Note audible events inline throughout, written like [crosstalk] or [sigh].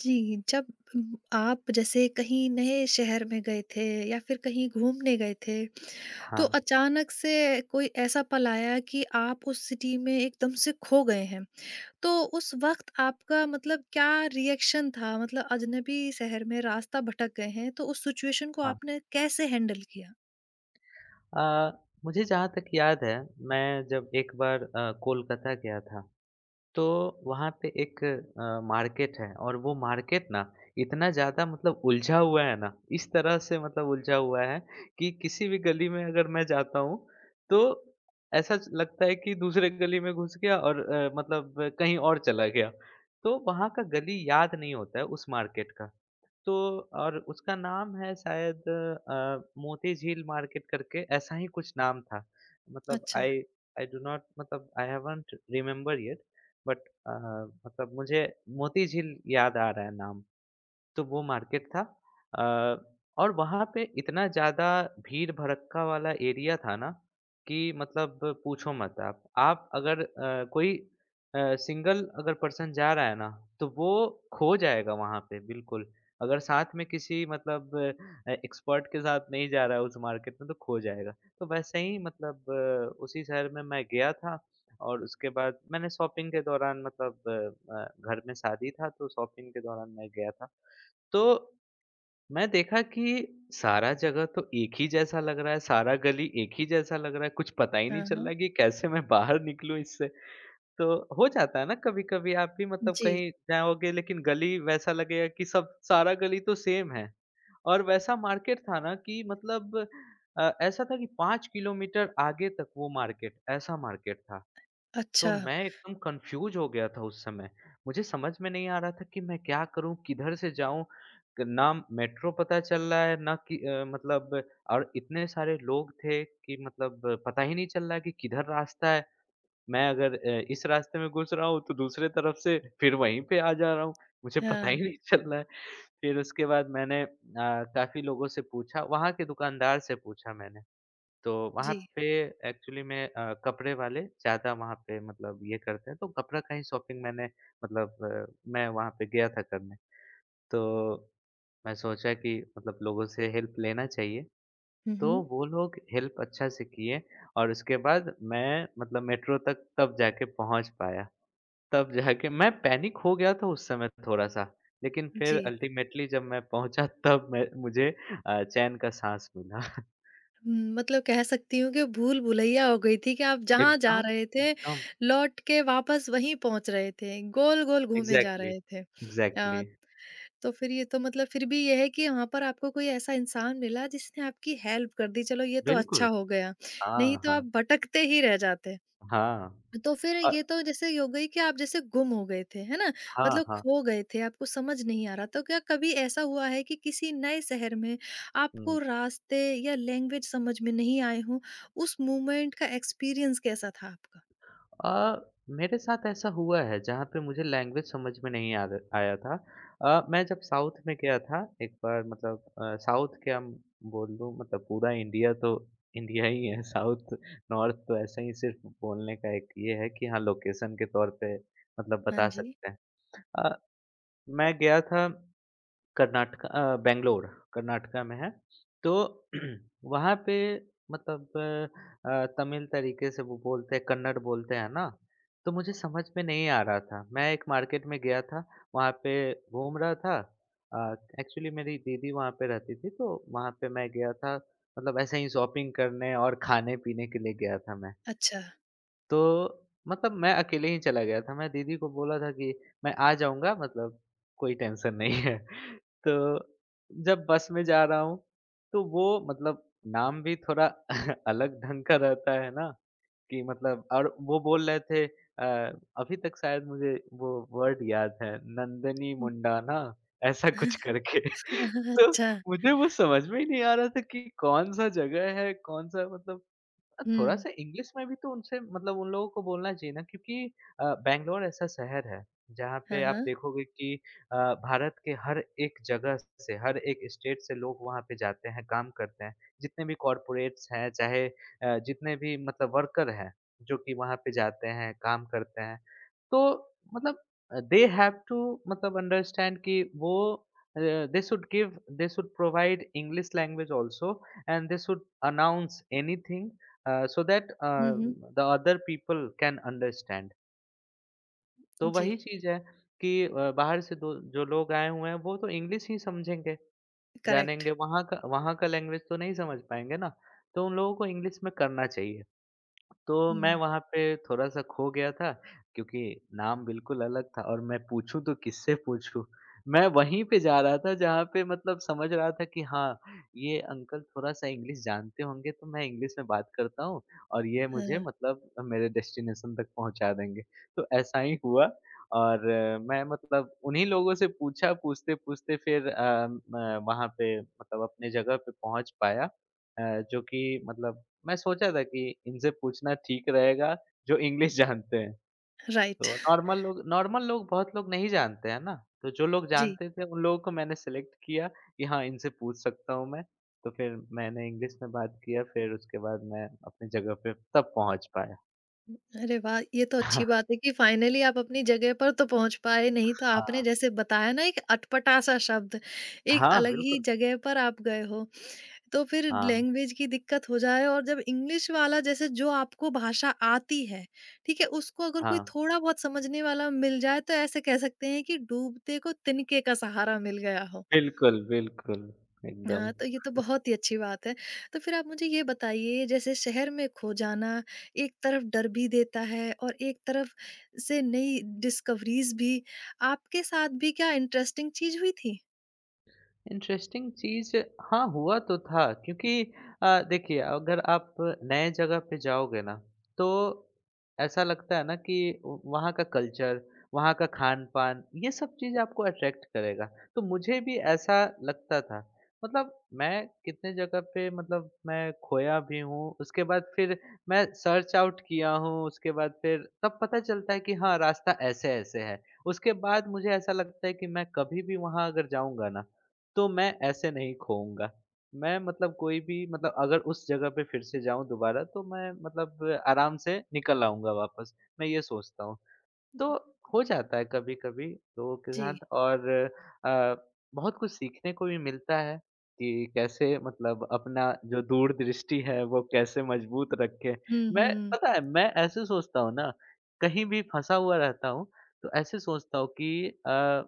जी, जब आप जैसे कहीं नए शहर में गए थे या फिर कहीं घूमने गए थे, तो हाँ, अचानक से कोई ऐसा पल आया कि आप उस सिटी में एकदम से खो गए हैं। तो उस वक़्त आपका मतलब क्या रिएक्शन था? मतलब अजनबी शहर में रास्ता भटक गए हैं, तो उस सिचुएशन को हाँ। आपने कैसे हैंडल किया? अ, मुझे जहाँ तक याद है, मैं जब एक बार कोलकाता गया था, तो वहाँ पे एक मार्केट है और वो मार्केट ना इतना ज़्यादा मतलब उलझा हुआ है ना, इस तरह से मतलब उलझा हुआ है कि किसी भी गली में अगर मैं जाता हूँ, तो ऐसा च लगता है कि दूसरे गली में घुस गया और मतलब कहीं और चला गया। तो वहाँ का गली याद नहीं होता है उस मार्केट का। तो और उसका नाम है शायद मोती झील मार्केट करके ऐसा ही कुछ नाम था। मतलब अच्छा। आई आई डू नॉट मतलब I haven't remember yet but uh, मतलब मुझे मोती झील याद आ रहा है नाम। तो वो मार्केट था अ, और वहाँ पे इतना ज़्यादा भीड़-भड़क्का वाला एरिया था ना कि मतलब पूछो मत आप। आप अगर कोई सिंगल अगर पर्सन जा रहा है ना, तो वो खो जाएगा वहाँ पे बिल्कुल। अगर साथ में किसी मतलब एक्सपर्ट के साथ नहीं जा रहा है उस मार्केट में तो खो जाएगा। तो वैसे ही मतलब उसी शहर में मैं गया था और उसके बाद मैंने शॉपिंग के दौरान मतलब घर में शादी था तो शॉपिंग के दौरान मैं गया था। तो मैं देखा कि सारा जगह तो एक ही जैसा लग रहा है, सारा गली एक ही जैसा लग रहा है, कुछ पता ही हाँ, नहीं चल रहा हाँ। है कि कैसे मैं बाहर निकलूँ इससे। तो हो जाता है ना कभी-कभी आप भी मतलब जी। कहीं जाओगे लेकिन गली वैसा लगेगा कि सब सारा गली तो सेम है। और वैसा मार्केट था ना कि मतलब ऐसा था कि 5 किलोमीटर आगे तक वो मार्केट ऐसा मार्केट था। तो अच्छा। मैं एकदम कन्फ्यूज़ हो गया था उस समय। मुझे समझ में नहीं आ रहा था कि मैं क्या करूँ, किधर से जाऊँ? क ना मेट्रो पता चल रहा है, ना कि मतलब और इतने सारे लोग थे कि मतलब पता ही नहीं चल रहा है कि किधर रास्ता है। मैं अगर इस रास्ते में घुस रहा हूँ, तो दूसरे तरफ से फिर वहीं पे आ जा रहा हूँ। मुझे पता हाँ, ही नहीं चल रहा है। फिर उसके बाद मैंने काफ़ी लोगों से पूछा, वहाँ के दुकानदार से पूछा मैंने। तो वहाँ जी। पे एक्चुअली में कपड़े वाले ज़्यादा वहाँ पे मतलब ये करते हैं, तो कपड़ा का ही शॉपिंग मैंने मतलब मैं वहाँ पे गया था करने। तो मैं सोचा कि मतलब लोगों से हेल्प लेना चाहिए, हुँ, तो हुँ। वो लोग हेल्प अच्छा से किए और उसके बाद मैं मतलब मेट्रो तक तब जाके पहुँच पाया। तब जाके मैं पैनिक हो गया था उस समय थोड़ा-सा, लेकिन जी। फिर अल्टीमेटली जब मैं पहुँचा तब मैं मुझे चैन का साँस मिला। [laughs] हुँ, मतलब कह सकती हूँ कि भूल-भुलैया हो गई थी कि आप जहाँ जा एकदम, रहे थे, एकदम लौट के वापस वहीं पहुँच रहे थे, गोल-गोल घूमे जा एग्ज़ैक्टली, रहे थे। अ, एग्ज़ैक्टली, तो फिर ये तो मतलब फिर भी ये है कि यहाँ पर आपको कोई ऐसा इंसान मिला जिसने आपकी हेल्प कर दी, चलो ये तो अच्छा बिल्कुल। हो गया, नहीं हाँ, तो आप हाँ, भटकते ही रह जाते। हाँ। तो फिर अ, ये तो जैसे ये हो गई कि आप जैसे गुम हो गए थे, है ना? हाँ, मतलब हाँ, खो गए थे, आपको समझ नहीं आ रहा था। तो क्या कभी ऐसा हुआ है कि किसी नए शहर में हुँ। आपको रास्ते या लैंग्वेज समझ में नहीं आए हों? उस मोमेंट का एक्सपीरियंस कैसा था आपका? अ, मेरे साथ ऐसा हुआ है जहाँ पे मुझे लैंग्वेज समझ में नहीं आद आया था। मैं जब साउथ में गया था एक बार मतलब साउथ क्या हम बोल दूँ मतलब पूरा इंडिया तो इंडिया ही है साउथ नॉर्थ तो ऐसा ही सिर्फ़ बोलने का एक ये है कि हाँ, लोकेशन के तौर पे मतलब हाँ बता जी। सकते हैं। अ, मैं गया था कर्नाटक बैंगलोर कर्नाटका में है। तो [clears throat] वहाँ पे मतलब तमिल तरीके से वो बोलते हैं, कन्नड़ बोलते हैं ना, तो मुझे समझ में नहीं आ रहा था। मैं एक मार्केट में गया था, वहाँ पे घूम रहा था। एक्चुअली मेरी दीदी वहाँ पे रहती थी, तो वहाँ पे मैं गया था, मतलब ऐसे ही शॉपिंग करने और खाने-पीने के लिए गया था मैं। अच्छा। तो मतलब मैं अकेले ही चला गया था, मैं दीदी को बोला था कि मैं आ जाऊँगा मतलब कोई टेंशन नहीं है। [laughs] तो जब बस में जा रहा हूँ, तो वो मतलब नाम भी थोड़ा [laughs] अलग ढंग का रहता है ना कि मतलब और वो बोल रहे थे अभी तक शायद मुझे वो वर्ड याद है, नंदनी [laughs] हुँ। मुंडा ना ऐसा कुछ करके। [laughs] तो अच्छा। मुझे वो समझ में ही नहीं आ रहा था कि कौन-सा जगह है, कौन-सा मतलब हुँ। थोड़ा-सा इंग्लिश में भी तो उनसे मतलब उन लोगों को बोलना चाहिए ना क्योंकि बैंगलोर ऐसा शहर है, जहाँ हाँ, पे आप हाँ। देखोगे कि अ, भारत के हर एक जगह से, हर एक स्टेट से लोग वहाँ पे जाते हैं, काम करते हैं। जितने भी कॉर्पोरेट्स हैं, चाहे जितने भी मतलब वर्कर हैं, जो कि वहाँ पे जाते हैं, काम करते हैं। तो मतलब दे हैव टू मतलब अंडरस्टैंड कि वो they should provide English language also and they should announce anything so that hmm, hmm. The other people can understand. तो जी, वही चीज़ है कि बाहर से दो जो लोग आए हुए हैं वो तो इंग्लिश ही समझेंगे, करेक्ट। जानेंगे, वहाँ का लैंग्वेज तो नहीं समझ पाएँगे ना, तो उन लोगों को इंग्लिश में करना चाहिए। तो मैं हुँ, वहाँ पे थोड़ा-सा खो गया था क्योंकि नाम बिल्कुल अलग था और मैं पूछूँ तो किससे पूछूँ? मैं वहीं पे जा रहा था जहाँ पे मतलब समझ रहा था कि हाँ, ये अंकल थोड़ा-सा इंग्लिश जानते होंगे तो मैं इंग्लिश में बात करता हूँ और ये मुझे हाँ, मतलब मेरे डेस्टिनेशन तक पहुँचा देंगे। तो ऐसा ही हुआ और मैं मतलब उन्हीं लोगों से पूछा, पूछते-पूछते फिर अ, म वहाँ पे मतलब अपने जगह पे पहुँच पाया जो कि मतलब मैं सोचा था कि इनसे पूछना ठीक रहेगा, जो इंग्लिश जानते हैं। राइट। तो [laughs] नॉर्मल लोग बहुत लोग नहीं जानते हैं ना, तो जो लोग जी। जानते थे उन लोगों को मैंने सेलेक्ट किया कि हाँ, इनसे पूछ सकता हूँ मैं। तो फिर मैंने इंग्लिश में बात किया, फिर उसके बाद मैं अपनी जगह पे तब पहुँच पाया। अरे वाह! ये तो अच्छी [laughs] बात है कि फाइनली आप अपनी जगह पर तो पहुँच पाए, नहीं तो आपने हाँ, जैसे बताया ना एक अटपटा-सा शब्द, एक हाँ, अलग ही बिल्कुल। जगह पर आप गए हो। तो फिर हाँ, लैंग्वेज की दिक्कत हो जाए और जब इंग्लिश वाला जैसे जो आपको भाषा आती है, ठीक है? उसको अगर कोई हाँ। थोड़ा-बहुत समझने वाला मिल जाए तो ऐसे कह सकते हैं कि डूबते को तिनके का सहारा मिल गया हो। बिल्कुल, बिल्कुल, एकदम। हाँ, तो ये तो बहुत ही अच्छी बात है। तो फिर आप मुझे ये बताइए जैसे शहर में खो जाना एक तरफ डर भी देता है और एक तरफ से नई डिस्कवरीज़ भी, आपके साथ भी क्या इंटरेस्टिंग चीज़ हुई थी? इंटरेस्टिंग चीज़ हाँ, हुआ तो था क्योंकि देखिए अगर आप नए जगह पे जाओगे ना, तो ऐसा लगता है ना कि व वहाँ का कल्चर, वहाँ का खान-पान ये सब चीज़ आपको अट्रैक्ट करेगा। तो मुझे भी ऐसा लगता था। मतलब मैं कितने जगह पे मतलब मैं खोया भी हूँ, उसके बाद फिर मैं सर्च आउट किया हूँ, उसके बाद फिर तब पता चलता है कि हाँ, रास्ता ऐसे-ऐसे है। उसके बाद मुझे ऐसा लगता है कि मैं कभी भी वहाँ अगर जाऊँगा ना, तो मैं ऐसे नहीं खोऊँगा। मैं मतलब कोई भी मतलब अगर उस जगह पे फिर से जाऊँ दोबारा तो मैं मतलब आराम से निकल आऊँगा वापस, मैं ये सोचता हूँ। तो हो जाता है कभी-कभी लोगों के जी। साथ और अ, बहुत कुछ सीखने को भी मिलता है कि कैसे मतलब अपना जो दूरदृष्टि है वो कैसे मजबूत रखें। हुँ, मैं हुँ। पता है मैं ऐसे सोचता हूँ ना, कहीं भी फँसा हुआ रहता हूँ, तो ऐसे सोचता हूँ कि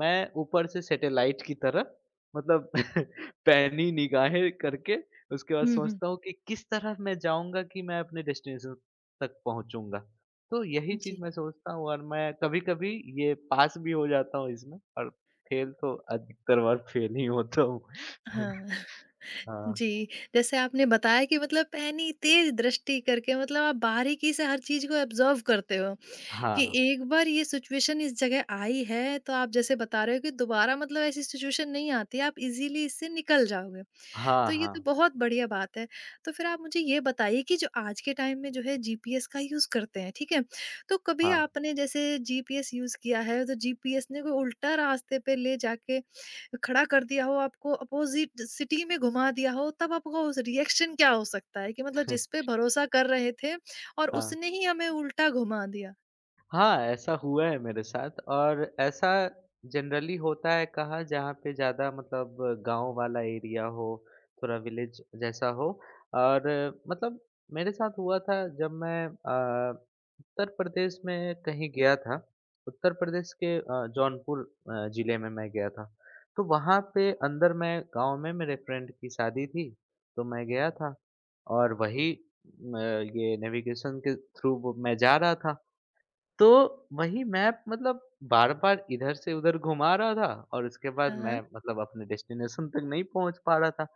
मैं ऊपर से सैटेलाइट की तरह मतलब [laughs] पैनी निगाहें करके उसके बाद हुँ, हुँ। सोचता हूँ कि किस तरह मैं जाऊँगा कि मैं अपने डेस्टिनेशन तक पहुँचूँगा। तो यही चीज़ जी। मैं सोचता हूँ और मैं कभी-कभी ये पास भी हो जाता हूँ इसमें और फेल तो अधिकतर बार फेल ही होता हूँ। [laughs] हाँ, [laughs] हाँ। जी। जैसे आपने बताया कि मतलब पैनी तेज दृष्टि करके मतलब आप बारीकी से हर चीज़ को ऑब्ज़र्व करते हो। कि हाँ। एक बार ये सिचुएशन इस जगह आई है, तो आप जैसे बता रहे हो कि दोबारा मतलब ऐसी सिचुएशन नहीं आती, आप इज़िली इससे निकल जाओगे। हाँ, तो ये तो हाँ, बहुत बढ़िया बात है। तो फिर आप मुझे ये बताइए कि जो आज के टाइम में जो है जीपीएस का यूज़ करते हैं, ठीक है? तो कभी हाँ। आपने जैसे जीपीएस यूज़ किया है, तो जीपीएस ने कोई उल्टा रास्ते पे ले जाके खड़ा कर दिया हो, आपको अपोज़िट सिटी में घुमा दिया हो, तब आपका उस रिएक्शन क्या हो सकता है? कि मतलब जिस पे [laughs] भरोसा कर रहे थे और हाँ। उसने ही हमें उल्टा घुमा दिया? हाँ, ऐसा हुआ है मेरे साथ और ऐसा जनरली होता है कहाँ जहाँ पे ज़्यादा मतलब गाँव वाला एरिया हो, थोड़ा विलेज जैसा हो और मतलब मेरे साथ हुआ था जब मैं उत्तर प्रदेश में कहीं गया था। उत्तर प्रदेश के जौनपुर ज़िले में मैं गया था। तो वहाँ पे अंदर मैं गाँव में मेरे फ्रेंड की शादी थी, तो मैं गया था और वही म ये नेविगेशन के थ्रू वो मैं जा रहा था तो वही मैप मतलब बार-बार इधर से उधर घुमा रहा था और उसके बाद हाँ, हाँ। मैं मतलब अपने डेस्टिनेशन तक नहीं पहुँच पा रहा था।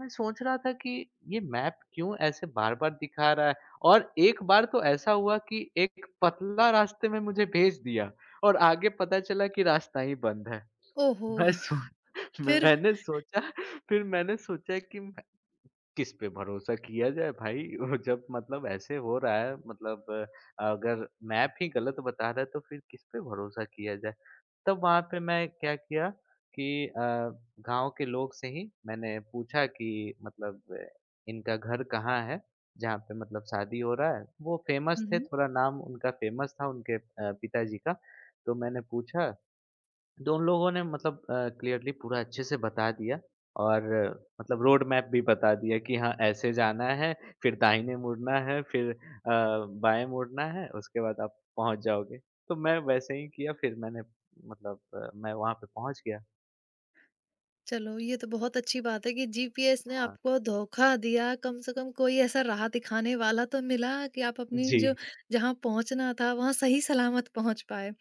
मैं सोच रहा था कि ये मैप क्यों ऐसे बार-बार दिखा रहा है? और एक बार तो ऐसा हुआ कि एक पतला रास्ते में मुझे भेज दिया और आगे पता चला कि रास्ता ही बंद है। ओहो! मैं सो [laughs] फिर? मैंने सोचा फिर मैंने सोचा कि किस पे भरोसा किया जाए भाई? [laughs] वो जब मतलब ऐसे हो रहा है मतलब अगर मैप ही गलत बता रहा है तो फिर किस पे भरोसा किया जाए? तब वहाँ पे मैं क्या किया कि गाँव के लोग से ही मैंने पूछा कि मतलब इनका घर कहाँ है? जहाँ पे मतलब शादी हो रहा है। वो फ़ेमस हुँ, थे, हुँ। थोड़ा नाम उनका फ़ेमस था उनके पिताजी का। तो मैंने पूछा तो उन लोगों ने मतलब क्लियरली पूरा अच्छे से बता दिया और मतलब रोड मैप भी बता दिया कि हाँ ऐसे जाना है, फिर दाहिने मुड़ना है, फिर बाएँ मुड़ना है, उसके बाद आप पहुँच जाओगे। तो मैं वैसे ही किया फिर मैंने मतलब मैं वहाँ पे पहुँच गया। चलो ये तो बहुत अच्छी बात है कि जीपीएस ने हाँ। आपको धोखा दिया, कम से कम कोई ऐसा राह दिखाने वाला तो मिला कि आप अपनी जी, जो जहाँ पहुँचना था वहाँ सही सलामत पहुँच पाए।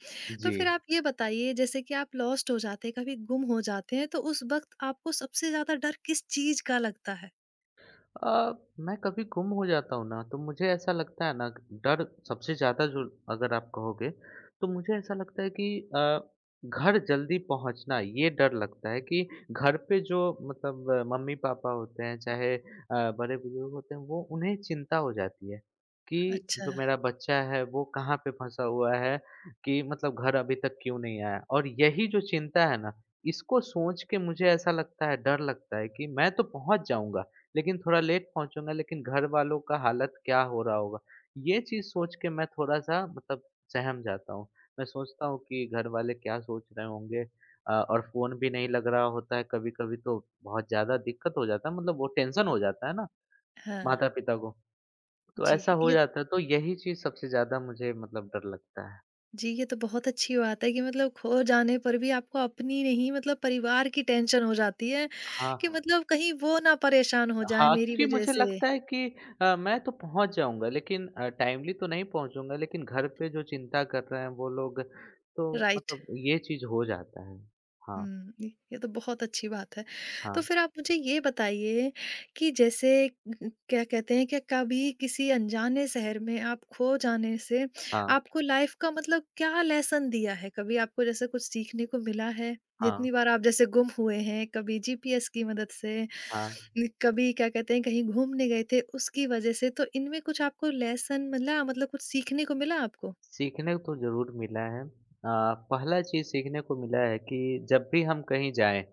तो जी। फिर आप ये बताइए जैसे कि आप लॉस्ट हो जाते हैं, कभी गुम हो जाते हैं, तो उस वक़्त आपको सबसे ज़्यादा डर किस चीज़ का लगता है? अ, मैं कभी गुम हो जाता हूँ ना तो मुझे ऐसा लगता है ना डर सबसे ज़्यादा जो अगर आप कहोगे तो मुझे ऐसा लगता है कि अ, घर जल्दी पहुँचना ये डर लगता है कि घर पे जो मतलब मम्मी पापा होते हैं चाहे बड़े बुजुर्ग होते हैं वो उन्हें चिंता हो जाती है कि अच्छा, जो मेरा बच्चा है वो कहाँ पे फंसा हुआ है कि मतलब घर अभी तक क्यों नहीं आया और यही जो चिंता है ना इसको सोच के मुझे ऐसा लगता है डर लगता है कि मैं तो पहुंच जाऊंगा लेकिन थोड़ा लेट पहुँचूँगा लेकिन घर वालों का हालत क्या हो रहा होगा? ये चीज़ सोच के मैं थोड़ा-सा मतलब सहम जाता हूँ। मैं सोचता हूँ कि घर वाले क्या सोच रहे होंगे और फ़ोन भी नहीं लग रहा होता है कभी-कभी तो बहुत ज़्यादा दिक्कत हो जाता है मतलब वो टेंशन हो जाता है ना, हाँ। माता-पिता को। तो जी, ऐसा हो ये जाता है, तो यही चीज़ सबसे ज़्यादा मुझे मतलब डर लगता है। जी, ये तो बहुत अच्छी बात है कि मतलब खो जाने पर भी आपको अपनी नहीं मतलब परिवार की टेंशन हो जाती है कि हाँ। मतलब कहीं वो ना परेशान हो जाएँ हाँ, मेरी क्योंकि वज़ह मुझे से। लगता है कि मैं तो पहुँच जाऊँगा लेकिन टाइमली तो नहीं पहुँचूँगा लेकिन घर पे जो चिंता कर रहे हैं वो लोग तो राइट। मतलब ये चीज़ हो जाता है। हाँ, हुँ, ये तो बहुत अच्छी बात है। तो हाँ, फिर आप मुझे ये बताइए कि जैसे क्या कहते हैं कि कभी किसी अनजाने शहर में आप खो जाने से हाँ, आपको लाइफ़ का मतलब क्या लेसन दिया है? कभी आपको जैसे कुछ सीखने को मिला है? हाँ, जितनी बार आप जैसे गुम हुए हैं, कभी जीपीएस की मदद से, हाँ। कभी क्या कहते हैं कहीं घूमने गए थे उसकी वजह से, तो इनमें कुछ आपको लेसन मिला मतलब कुछ सीखने को मिला आपको? सीखने को तो ज़रूर मिला है। पहला चीज़ सीखने को मिला है कि जब भी हम कहीं जाएँ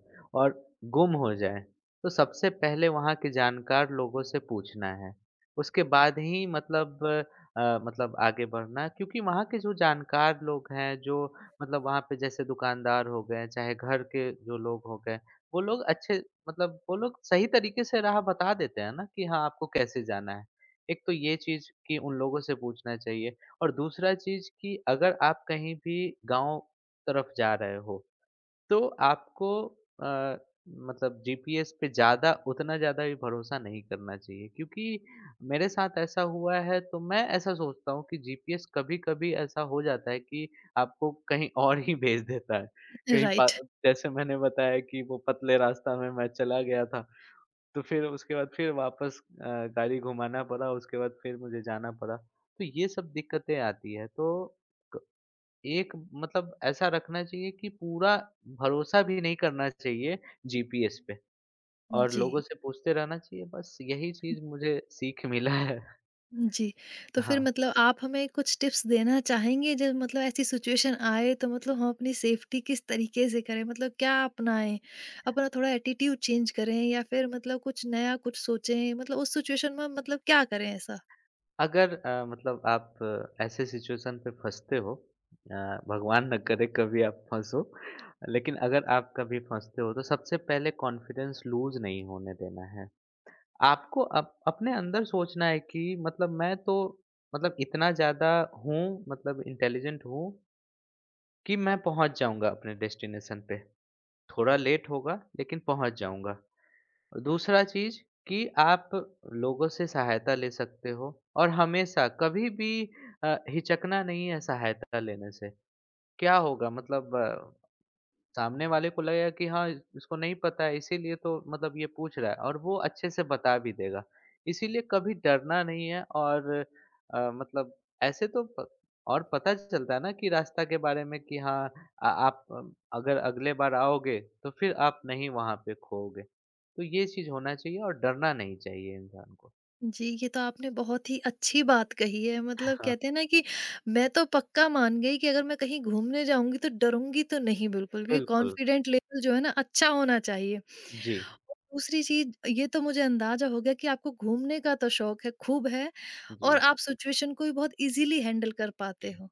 और गुम हो जाएँ, तो सबसे पहले वहाँ के जानकार लोगों से पूछना है। उसके बाद ही मतलब मतलब आगे बढ़ना है क्योंकि वहाँ के जो जानकार लोग हैं, जो मतलब वहाँ पे जैसे दुकानदार हो गए, चाहे घर के जो लोग हो गए, वो लोग अच्छे मतलब वो लोग सही तरीके से राह बता देते हैं ना कि हाँ, आपको कैसे जाना है। एक तो ये चीज़ कि उन लोगों से पूछना चाहिए। और दूसरा चीज़ कि अगर आप कहीं भी गाँव तरफ जा रहे हो, तो आपको अ, मतलब जीपीएस पे ज़्यादा उतना ज़्यादा भी भरोसा नहीं करना चाहिए क्योंकि मेरे साथ ऐसा हुआ है, तो मैं ऐसा सोचता हूँ कि जीपीएस कभी-कभी ऐसा हो जाता है कि आपको कहीं और ही भेज देता है। कहीं पा राइट। जैसे मैंने बताया कि वो पतले रास्ता में मैं चला गया था, तो फिर उसके बाद फिर वापस गाड़ी घुमाना पड़ा, उसके बाद फिर मुझे जाना पड़ा। तो ये सब दिक्कतें आती हैं, तो क एक मतलब ऐसा रखना चाहिए कि पूरा भरोसा भी नहीं करना चाहिए जीपीएस पे और जी। लोगों से पूछते रहना चाहिए, बस यही चीज़ मुझे सीख मिला है। [laughs] जी, तो फिर हाँ, मतलब आप हमें कुछ टिप्स देना चाहेंगे जब मतलब ऐसी सिचुएशन आए तो मतलब हम अपनी सेफ्टी किस तरीके से करें? मतलब क्या अपनाएँ? अपना थोड़ा एटीट्यूड चेंज करें या फिर मतलब कुछ नया कुछ सोचें? मतलब उस सिचुएशन में मतलब क्या करें ऐसा? अगर मतलब आप ऐसे सिचुएशन पे फँसते हो, भगवान ना करे कभी आप फँसो, लेकिन अगर आप कभी फँसते हो तो सबसे पहले कॉन्फिडेंस लूज़ नहीं होने देना है। आपको अप अपने अंदर सोचना है कि मतलब मैं तो मतलब इतना ज़्यादा हूँ मतलब इंटेलिजेंट हूँ कि मैं पहुँच जाऊँगा अपने डेस्टिनेशन पे। थोड़ा लेट होगा लेकिन पहुँच जाऊँगा। दूसरा चीज़ कि आप लोगों से सहायता ले सकते हो और हमेशा कभी भी हिचकना नहीं है सहायता लेने से। क्या होगा मतलब सामने वाले को लगेगा कि हाँ इसको नहीं पता है इसीलिए तो मतलब ये पूछ रहा है और वो अच्छे से बता भी देगा। इसीलिए कभी डरना नहीं है और मतलब ऐसे तो प और पता चलता है ना कि रास्ता के बारे में कि हाँ आ आप अगर अगले बार आओगे तो फिर आप नहीं वहाँ पे खोओगे। तो ये चीज़ होना चाहिए और डरना नहीं चाहिए इंसान को। जी, ये तो आपने बहुत ही अच्छी बात कही है। मतलब हाँ, कहते हैं ना कि मैं तो पक्का मान गई कि अगर मैं कहीं घूमने जाऊँगी तो डरूँगी तो नहीं बिल्कुल भी, बिल्कुल। कॉन्फिडेंट लेवल [laughs] जो है ना अच्छा होना चाहिए। जी, और दूसरी चीज़ ये तो मुझे अंदाज़ा हो गया कि आपको घूमने का तो शौक है, खूब है और जी, आप सिचुएशन को भी बहुत ईज़िली हैंडल कर पाते जी। हो।